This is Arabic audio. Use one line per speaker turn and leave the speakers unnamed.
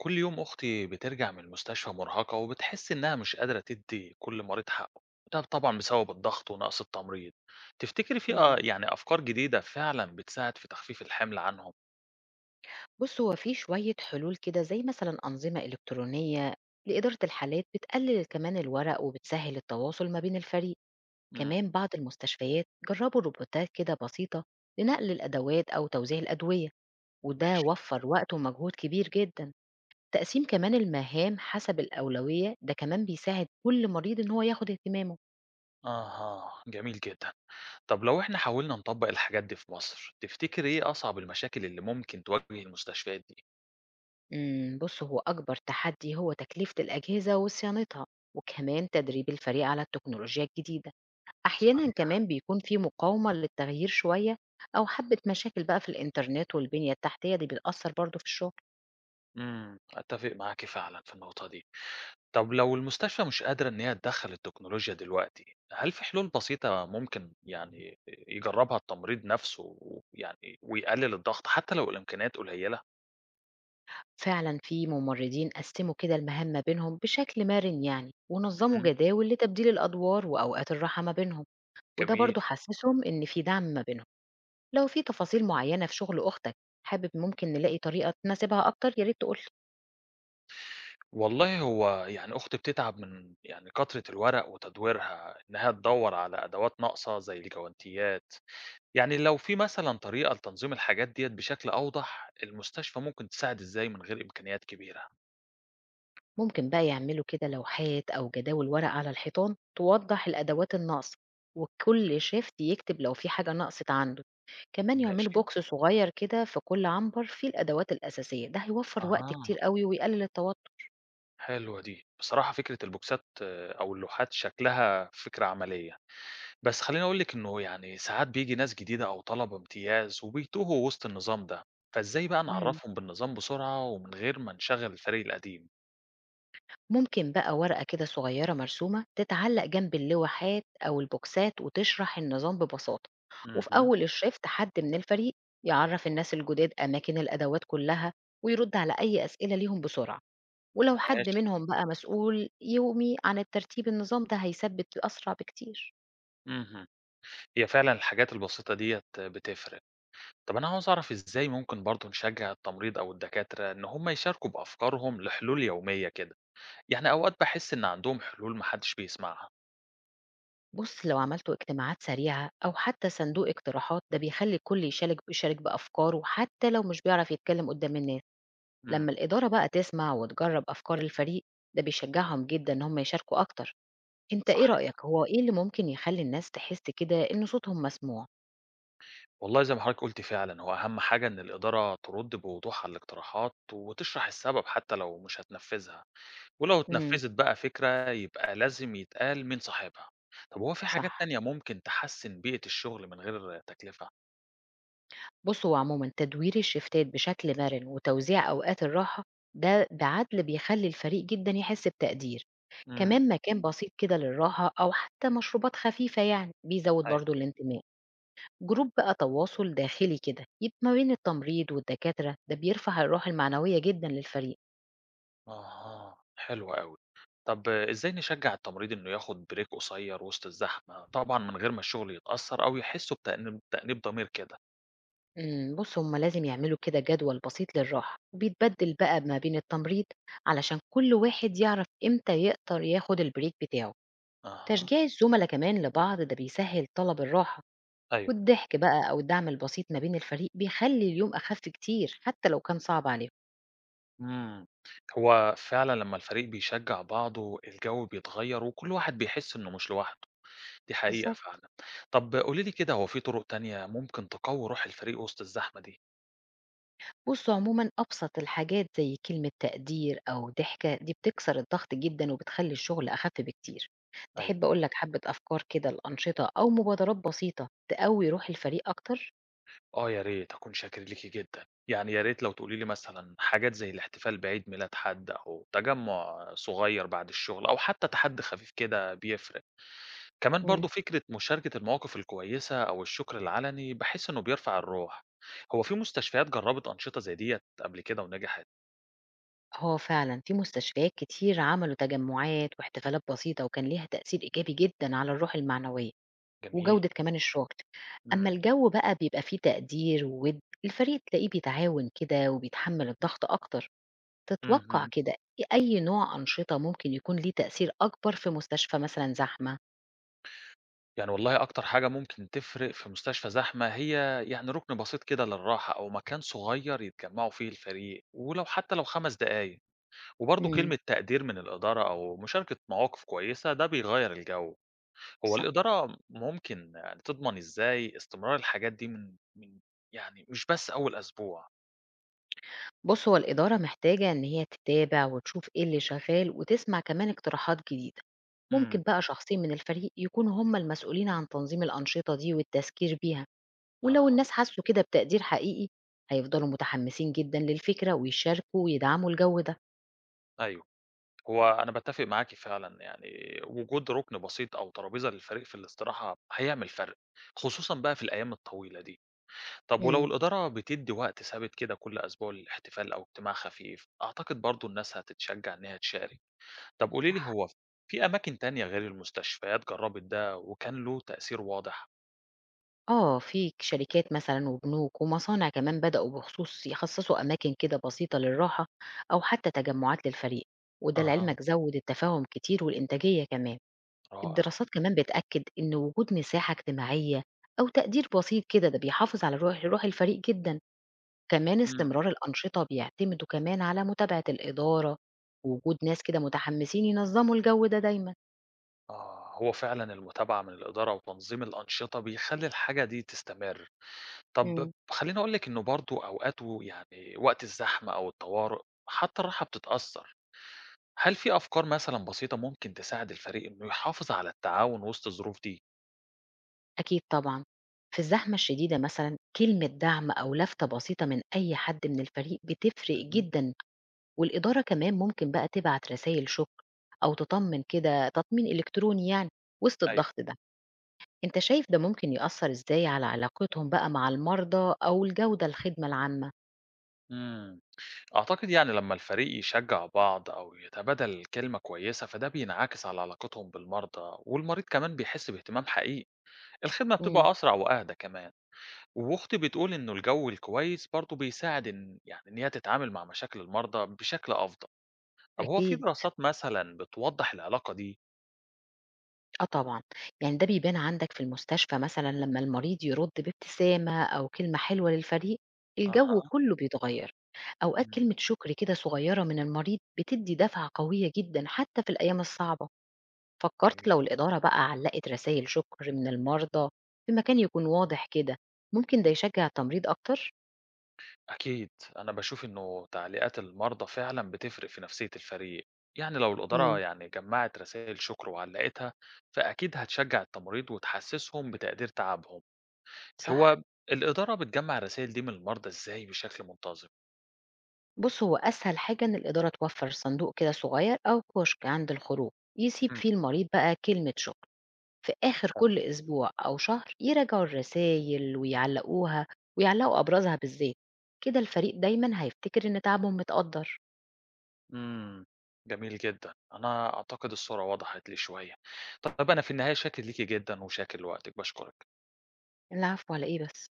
كل يوم أختي بترجع من المستشفى مرهقة وبتحس إنها مش قادرة تدي كل مريض حقه. ده طبعا بسبب الضغط ونقص التمريض. تفتكري في آه
إمم.
يعني أفكار جديدة فعلا بتساعد في تخفيف الحمل عنهم؟
بُص، هو في شوية حلول كده زي مثلًا أنظمة إلكترونية لإدارة الحالات بتقلل كمان الورق وبتسهّل التواصل ما بين الفريق.
امم.
كمان بعض المستشفيات جرّبوا روبوتات كده بسيطة لنقل الأدوات أو توزيع الأدوية، وده
ماشي.
وفّر وقت ومجهود كبير جدًا. تقسيم كمان المهام حسب الأولوية ده كمان بيساعد كل مريض إن هو ياخد اهتمامه.
اها، جميل جدا. طب لو إحنا حاولنا نطبق الحاجات دي في مصر تفتكري إيه أصعب المشاكل اللي ممكن تواجه المستشفيات دي؟
بُص هو أكبر تحدي هو تكلفة الأجهزة وصيانتها، وكمان تدريب الفريق على التكنولوجيا الجديدة. أحيانًا
صحيح.
كمان بيكون في مقاومة للتغيير شوية أو حبّة مشاكل بقى في الإنترنت والبنية التحتية دي بتأثّر برضه في الشغل.
أتفق معاكي فعلا في النقطة دي. طب لو المستشفى مش قادرة إن هي تدخّل التكنولوجيا دلوقتي، هل في حلول بسيطة ممكن يعني يجرّبها التمريض نفسه ويعني ويقلل الضغط حتى لو الإمكانيات قليلة؟
فعلًا في ممرّضين قسّموا كده المهام ما بينهم بشكل مرن يعني ونظّموا
اهم،
جداول لتبديل الأدوار وأوقات الراحة ما بينهم، وده
جميل.
برضه حسّسهم إن في دعم ما بينهم. لو في تفاصيل معيّنة في شغل أختك حابب ممكن نلاقي طريقة تناسبها أكتر، يا ريت تقول لي.
والله هو يعني أختي بتتعب من يعني كترة الورق وتدويرها، إنها تدوّر على أدوات ناقصة زي الجوانتيات. يعني لو في مثلًا طريقة لتنظيم الحاجات ديّة بشكل أوضح، المستشفى ممكن تساعد إزاي من غير إمكانيات كبيرة؟
ممكن بقى يعملوا كده لوحات أو جداول ورق على الحيطان توضح الأدوات الناقصة، وكل شيفت يكتب لو في حاجة نقصت عنده. كمان يعملوا
ماشي.
بوكس صغير كده في كل عنبر فيه الأدوات الأساسية، ده هيوفر وقت
أها.
كتير قوي ويقلل التوتر.
حلوة دي. بصراحة فكرة البوكسات آه، أو اللوحات شكلها فكرة عملية، بس خلّيني أقول لِك إنه يعني ساعات بييجي ناس جديدة أو طلبة امتياز وبيتوهوا وسط النظام ده، فإزاي بقى
مم.
نعرّفهم بالنظام بسرعة ومن غير ما نشغّل الفريق القديم؟
ممكن بقى ورقة كده صغيرة مرسومة تتعلق جنب اللوحات أو البوكسات وتشرح النظام ببساطة، وفي
اهم،
أول الشيفت حد من الفريق يعرف الناس الجداد أماكن الأدوات كلها ويرد على أي أسئلة ليهم بسرعة. ولو حد
ماشي،
منهم بقى مسؤول يومي عن الترتيب، النظام ده هيثبت أسرع بكتير.
اهم. هي فعلًا الحاجات البسيطة ديّة بتفرق. طَب أنا عاوز أعرف إزاي ممكن برضه نشجّع التمريض أو الدكاترة إن هم يشاركوا بأفكارهم لحلول يومية كده؟ يعني أوقات باحس إن عندهم حلول ما حدّش بيسمعها.
بص لو عملتوا اجتماعات سريعة أو حتى صندوق اقتراحات، ده بيخلي الكل يشارك بأفكاره حتى لو مش بيعرف يتكلم قدام الناس.
إمم.
لما الإدارة بقى تسمع وتجرب أفكار الفريق، ده بيشجعهم جدا إن هم يشاركوا أكتر. أنت
صح.
إيه رأيك هو إيه اللي ممكن يخلي الناس تحس كده إن صوتهم مسموع؟
والله زي ما حضرتك قُلت فعلًا، هو أهم حاجة إن الإدارة ترُد بوضوح على الاقتراحات وتشرح السبب حتى لو مش هتنفّذها، ولو
امم
اتنفّذت بقى فكرة يبقى لازم يتقال مين صاحبها. طب هو في حاجات
صح.
تانية ممكن تحسّن بيئة الشغل من غير تكلفة؟
بُص، هو عمومًا تدوير الشيفتات بشكل مَرِن وتوزيع أوقات الراحة، ده بعدل بيخلّي الفريق جدًا يحس بتقدير.
إمم،
كمان مكان بسيط كده للراحة أو حتى مشروبات خفيفة يعني بيزوّد
أيوه.
برضه الانتماء. جروب بقى تواصل داخلي كده يب ما بين التمريض والدكاترة، ده بيرفع الروح المعنوية جدًا للفريق.
أها، حلو أوي. طب إزاي نشجّع التمريض إنه ياخد break قصير وسط الزحمة، طبعًا من غير ما الشغل يتأثّر أو يحسّوا بتأنيب ضمير كده؟
بُص هُم لازم يعملوا كده جدول بسيط للراحة، وبيتبدل بقى ما بين التمريض علشان كل واحد يعرف إمتى يقدر ياخد الbreak بتاعه.
أها،
تشجيع الزملاء كمان لبعض ده بيسهل طلب الراحة.
أيوه.
والضحك بقى أو الدعم البسيط ما بين الفريق بيخلي اليوم أخف كتير حتى لو كان صعب عليهم.
إمم. هو فعلًا لمّا الفريق بيشجّع بعضه، الجو بيتغيّر وكل واحد بيحس إنه مش لوحده، دي حقيقة
بالظبط.
فعلًا. طب قولي لي كده، هو في طرق تانية ممكن تقوّي روح الفريق وسط الزحمة دي؟
بصوا عموما أبسط الحاجات زي كلمة تقدير أو ضحكة دي بتكسر الضغط جدا وبتخلي الشغل أخف بكتير.
أيوه.
تحب أقولك حبة أفكار كده الأنشطة أو مبادرات بسيطة تقوي روح الفريق أكتر؟
آه يا ريت، أكون شاكر ليكِ جدًا. يعني يا ريت لو تقولي لي مثلًا حاجات زي الاحتفال بعيد ميلاد حد أو تجمُّع صغير بعد الشغل أو حتى تحدّي خفيف كده بيفرق. كمان
مم.
برضو فكرة مشاركة المواقف الكويسة أو الشكر العلني بحس إنه بيرفع الروح. هو في مستشفيات جربت أنشطة زي ديت قبل كده ونجحت؟
هو فعلا في مستشفيات كتير عملوا تجمعات واحتفالات بسيطة وكان ليها تأثير إيجابي جدا على الروح المعنوية
جميل.
وجودة كمان الشغل. أمّا
مم.
الجو بقى بيبقى فيه تقدير ووِد، الفريق تلاقيه بيتعاون كده وبيتحمّل الضغط أكتر. تتوقّع
مهم.
كده أي نوع أنشطة ممكن يكون ليه تأثير أكبر في مستشفى مثلًا زحمة؟
يعني والله أكتر حاجة ممكن تفرق في مستشفى زحمة هي يعني ركن بسيط كده للراحة أو مكان صغير يتجمعوا فيه الفريق ولو حتى لو 5 دقايق. وبرضو
إمم،
كلمة تقدير من الإدارة أو مشاركة مواقف كويسة ده بيغير الجو. هو
صح.
الإدارة ممكن يعني تضمن إزاي استمرار الحاجات دي من، يعني مش بس أول أسبوع؟
بُص، هو الإدارة محتاجة إن هي تتابع وتشوف إيه اللي شغّال وتسمع كمان اقتراحات جديدة.
امم.
ممكن بقى شخصين من الفريق يكونوا هم المسؤولين عن تنظيم الأنشطة دي والتذكير بيها. ولو
آه.
الناس حسوا كده بتقدير حقيقي هيفضلوا متحمسين جدا للفكرة ويشاركوا ويدعموا الجو ده.
أيوه. هو أنا باتفق معاكِ فعلًا، يعني وجود رُكن بسيط أو ترابيزة للفريق في الاستراحة هيعمل فرق، خصوصًا بقى في الأيام الطويلة دي. طب ولو
امم
الإدارة بتدي وقت ثابت كده كل أسبوع للاحتفال أو اجتماع خفيف، أعتقد برضه الناس هتتشجع إنها تشارك. طب قولي لي، هو في أماكن تانية غير المستشفيات جربت ده وكان له تأثير واضح؟
اه، في شركات مثلا وبنوك ومصانع كمان بدأوا بخصوص يخصصوا أماكن كده بسيطة للراحة أو حتى تجمعات للفريق، وده
أها،
لعلمك زود التفاهم كتير والإنتاجية كمان.
رائع.
الدراسات كمان بتأكد إن وجود مساحة اجتماعية أو تقدير بسيط كده ده بيحافظ على روح الفريق جدا. كمان
إمم.
استمرار الأنشطة بيعتمدوا كمان على متابعة الإدارة ووجود ناس كده متحمسين ينظموا الجو ده دايما.
آه، هو فعلًا المتابعة من الإدارة وتنظيم الأنشطة بيخلّي الحاجة دي تستمر. طب
مم.
خلّيني أقول لِك إنه برضه أوقات و يعني وقت الزحمة أو الطوارئ حتى الراحة بتتأثّر. هل في أفكار مثلًا بسيطة ممكن تساعد الفريق إنه يحافظ على التعاون وسط الظروف دي؟
أكيد طبعا. في الزحمة الشديدة مثلا كلمة دعم أو لفتة بسيطة من أي حد من الفريق بتفرق
اهم،
جدا. والإدارة كمان ممكن بقى تبعت رسائل شكر أو تطمن كده تطمين إلكتروني يعني وسط
أيوه.
الضغط ده. أنت شايف ده ممكن يأثر إزاي على علاقتهم بقى مع المرضى أو الجودة الخدمة العامة؟
إمم. أعتقد يعني لمّا الفريق يشجّع بعض أو يتبادل كلمة كويسة، فده بينعكس على علاقتهم بالمرضى والمريض كمان بيحس باهتمام حقيقي. الخدمة
مم.
بتبقى أسرع وأهدى كمان. واختي بتقول إنه الجو الكويس برضه بيساعد إن يعني إن هي تتعامل مع مشاكل المرضى بشكل أفضل. طب هو في
أكيد،
دراسات مثلًا بتوضح العلاقة دي؟
آه طبعًا. يعني ده بيبان عندك في المستشفى مثلًا لمّا المريض يرُد بابتسامة أو كلمة حلوة للفريق، الجو
أها،
كلّه بيتغيّر. أوقات
إمم،
كلمة شكر كده صغيّرة من المريض بتدّي دفعة قوية جدًا حتى في الأيام الصعبة. فكّرت لو
جميل،
الإدارة بقى علّقت رسايل شكر من المرضى في مكان يكون واضح كده، ممكن ده يشجّع التمريض أكتر؟
أكيد. أنا باشوف إنه تعليقات المرضى فعلًا بتفرق في نفسية الفريق، يعني لو الإدارة
امم،
يعني جمعت رسائل شكر وعلقتها فأكيد هتشجع التمريض وتحسسهم بتقدير تعبهم.
صح.
هو الإدارة بتجمع الرسائل دي من المرضى إزاي بشكل منتظم؟
بُص، هو أسهل حاجة إن الإدارة توفّر صندوق كده صغيّر أو كشك عند الخروج، يسيب
إمم.
فيه المريض بقى كلمة شكر. في آخر كل أسبوع أو شهر يراجعوا الرسايل ويعلقوها، ويعلقوا أبرزها بالذات. كده الفريق دايما هيفتكر إن تعبهم متقدر.
إمم، جميل جدًا، أنا أعتقد الصورة وضحت لي شوية. طب أنا في النهاية شاكر ليكِ جدًا وشاكر لوقتِك، باشكرِك.
العفو على إيه بس.